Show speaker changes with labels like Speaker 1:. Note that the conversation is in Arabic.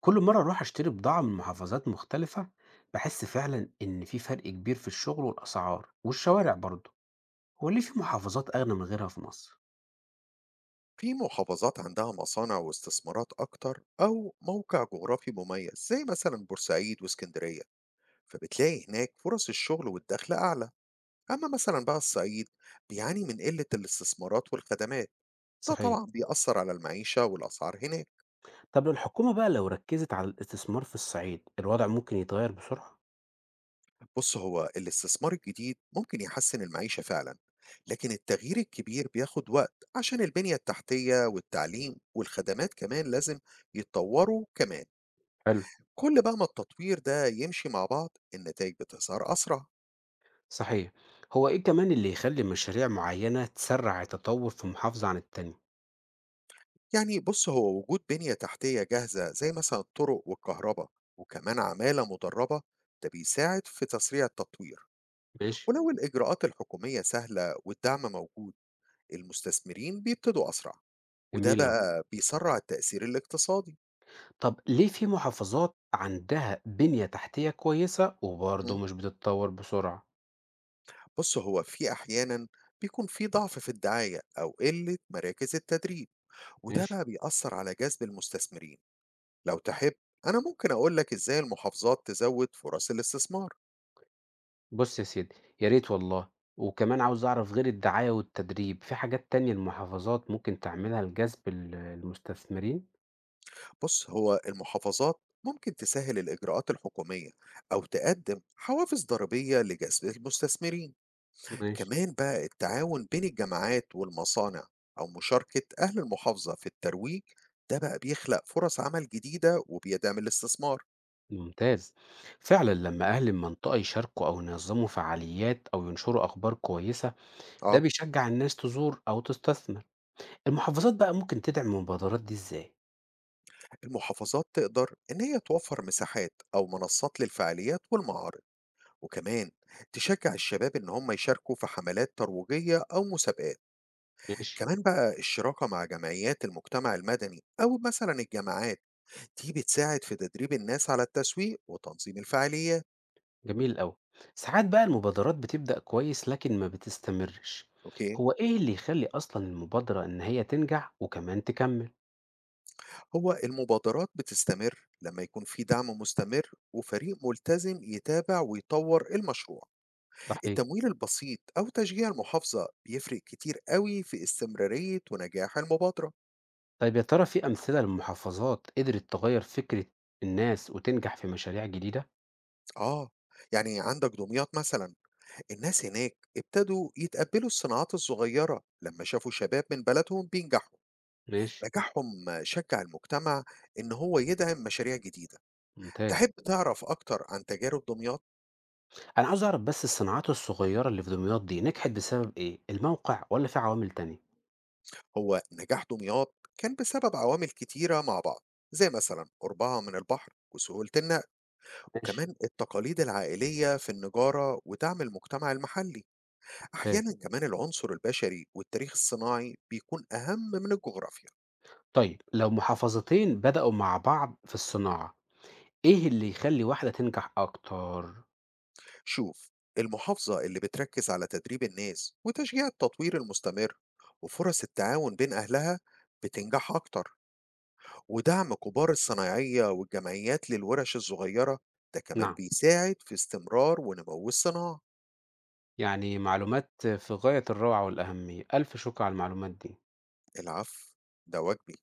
Speaker 1: كل مرة أروح أشتري بضاعة من محافظات مختلفة بحس فعلا إن في فرق كبير في الشغل والأسعار والشوارع
Speaker 2: تمام.
Speaker 1: برضه. هو ليه في محافظات أغنى من غيرها في مصر؟
Speaker 2: في محافظات عندها مصانع واستثمارات أكتر أو موقع جغرافي مميز زي مثلا بورسعيد واسكندرية، فبتلاقي هناك فرص الشغل والدخل أعلى. أما مثلا بقى الصعيد بيعاني من قلة الاستثمارات والخدمات. ده
Speaker 1: صحيح.
Speaker 2: طبعا بيأثر على المعيشة والأسعار هناك.
Speaker 1: طب لو الحكومة بقى ركزت على الاستثمار في الصعيد الوضع ممكن يتغير بسرعة؟
Speaker 2: بص، هو الاستثمار الجديد ممكن يحسن المعيشة فعلا، لكن التغيير الكبير بياخد وقت عشان البنية التحتية والتعليم والخدمات كمان لازم يتطوروا كمان.
Speaker 1: حلو.
Speaker 2: كل بقى ما التطوير ده يمشي مع بعض، النتائج بتظهر أسرع.
Speaker 1: صحيح. هو إيه كمان اللي يخلي مشاريع معينة تسرع التطور في محافظة عن التانية؟
Speaker 2: يعني بص، هو وجود بنية تحتية جاهزة زي مثلا الطرق والكهرباء، وكمان عمالة مدربة، ده بيساعد في تسريع التطوير.
Speaker 1: ماشي.
Speaker 2: ولو الإجراءات الحكومية سهلة والدعم موجود، المستثمرين بيبتدوا أسرع، وده
Speaker 1: جميل أوي.
Speaker 2: بقى بيسرع التأثير الاقتصادي.
Speaker 1: طب ليه في محافظات عندها بنية تحتية كويسة
Speaker 2: مم.
Speaker 1: وبرضه مش بتتطور بسرعة؟
Speaker 2: بص، هو في أحيانا بيكون في ضعف في الدعاية أو قلة مراكز التدريب، وده
Speaker 1: ماشي.
Speaker 2: بقى بيأثر على جذب المستثمرين. لو تحب أنا ممكن أقول لك إزاي المحافظات تزود فرص الاستثمار.
Speaker 1: بُص يا سيدي، يا ريت والله، وكمان عاوز أعرف غير الدعاية والتدريب، في حاجات تانية المحافظات ممكن تعملها لجذب المستثمرين؟
Speaker 2: بص، هو المحافظات ممكن تسهل الإجراءات الحكومية أو تقدم حوافز ضريبية لجذب المستثمرين.
Speaker 1: ماشي.
Speaker 2: كمان بقى التعاون بين الجامعات والمصانع أو مشاركة أهل المحافظة في الترويج، ده بقى بيخلق فرص عمل جديدة وبيدعم الاستثمار.
Speaker 1: ممتاز. فعلًا لمّا أهل المنطقة يشاركوا أو ينظموا فعاليات أو ينشروا أخبار كويسة، ده
Speaker 2: آه.
Speaker 1: بيشجع الناس تزور أو تستثمر. المحافظات بقى ممكن تدعم المبادرات دي إزاي؟
Speaker 2: المحافظات تقدر إن هي توفر مساحات أو منصات للفعاليات والمعارض. وكمان تشجع الشباب إن هم يشاركوا في حملات ترويجية أو مسابقات.
Speaker 1: ماشي.
Speaker 2: كمان بقى الشراكة مع جمعيات المجتمع المدني أو مثلا الجامعات، دي بتساعد في تدريب الناس على التسويق وتنظيم الفعاليات.
Speaker 1: جميل أوي. ساعات بقى المبادرات بتبدأ كويس لكن ما بتستمرش،
Speaker 2: أوكي.
Speaker 1: هو إيه اللي يخلي أصلًا المبادرة إن هي تنجح وكمان تكمل؟
Speaker 2: هو المبادرات بتستمر لما يكون في دعم مستمر وفريق ملتزم يتابع ويطور المشروع.
Speaker 1: صحيح.
Speaker 2: التمويل البسيط أو تشجيع المحافظة بيفرق كتير قوي في استمرارية ونجاح المبادرة.
Speaker 1: طيب يا ترى في أمثلة لمحافظات قدرت تغيّر فكرة الناس وتنجح في مشاريع جديدة؟
Speaker 2: آه، يعني عندك دمياط مثلا، الناس هناك ابتدوا يتقبلوا الصناعات الصغيرة لما شافوا شباب من بلدهم بينجحوا.
Speaker 1: ماشي.
Speaker 2: نجاحهم شجع المجتمع إن هو يدعم مشاريع جديدة.
Speaker 1: ممتاز.
Speaker 2: تحب تعرف أكتر عن تجارب دمياط؟
Speaker 1: أنا عاوز أعرف بس الصناعات الصغيرة اللي في دمياط دي نجحت بسبب إيه؟ الموقع والّا في عوامل تانية؟
Speaker 2: هو نجاح دمياط كان بسبب عوامل كتيرة مع بعض، زي مثلا قربها من البحر وسهولة النقل،
Speaker 1: ماشي.
Speaker 2: وكمان التقاليد العائلية في النجارة ودعم المجتمع المحلي.
Speaker 1: ممتاز.
Speaker 2: أحيانا كمان العنصر البشري والتاريخ الصناعي بيكون أهم من الجغرافيا.
Speaker 1: طيب لو محافظتين بدأوا مع بعض في الصناعة، إيه اللي يخلّي واحدة تنجح أكتر؟
Speaker 2: شوف، المحافظة اللي بتركز على تدريب الناس وتشجيع التطوير المستمر وفرص التعاون بين أهلها بتنجح أكتر. ودعم كبار الصنايعية والجمعيات للورش الصغيرة ده كمان
Speaker 1: نعم،
Speaker 2: بيساعد في استمرار ونمو الصناعة.
Speaker 1: يعني معلومات في غاية الروعة والأهمية، ألف شكر على المعلومات دي.
Speaker 2: العفو، ده واجبي.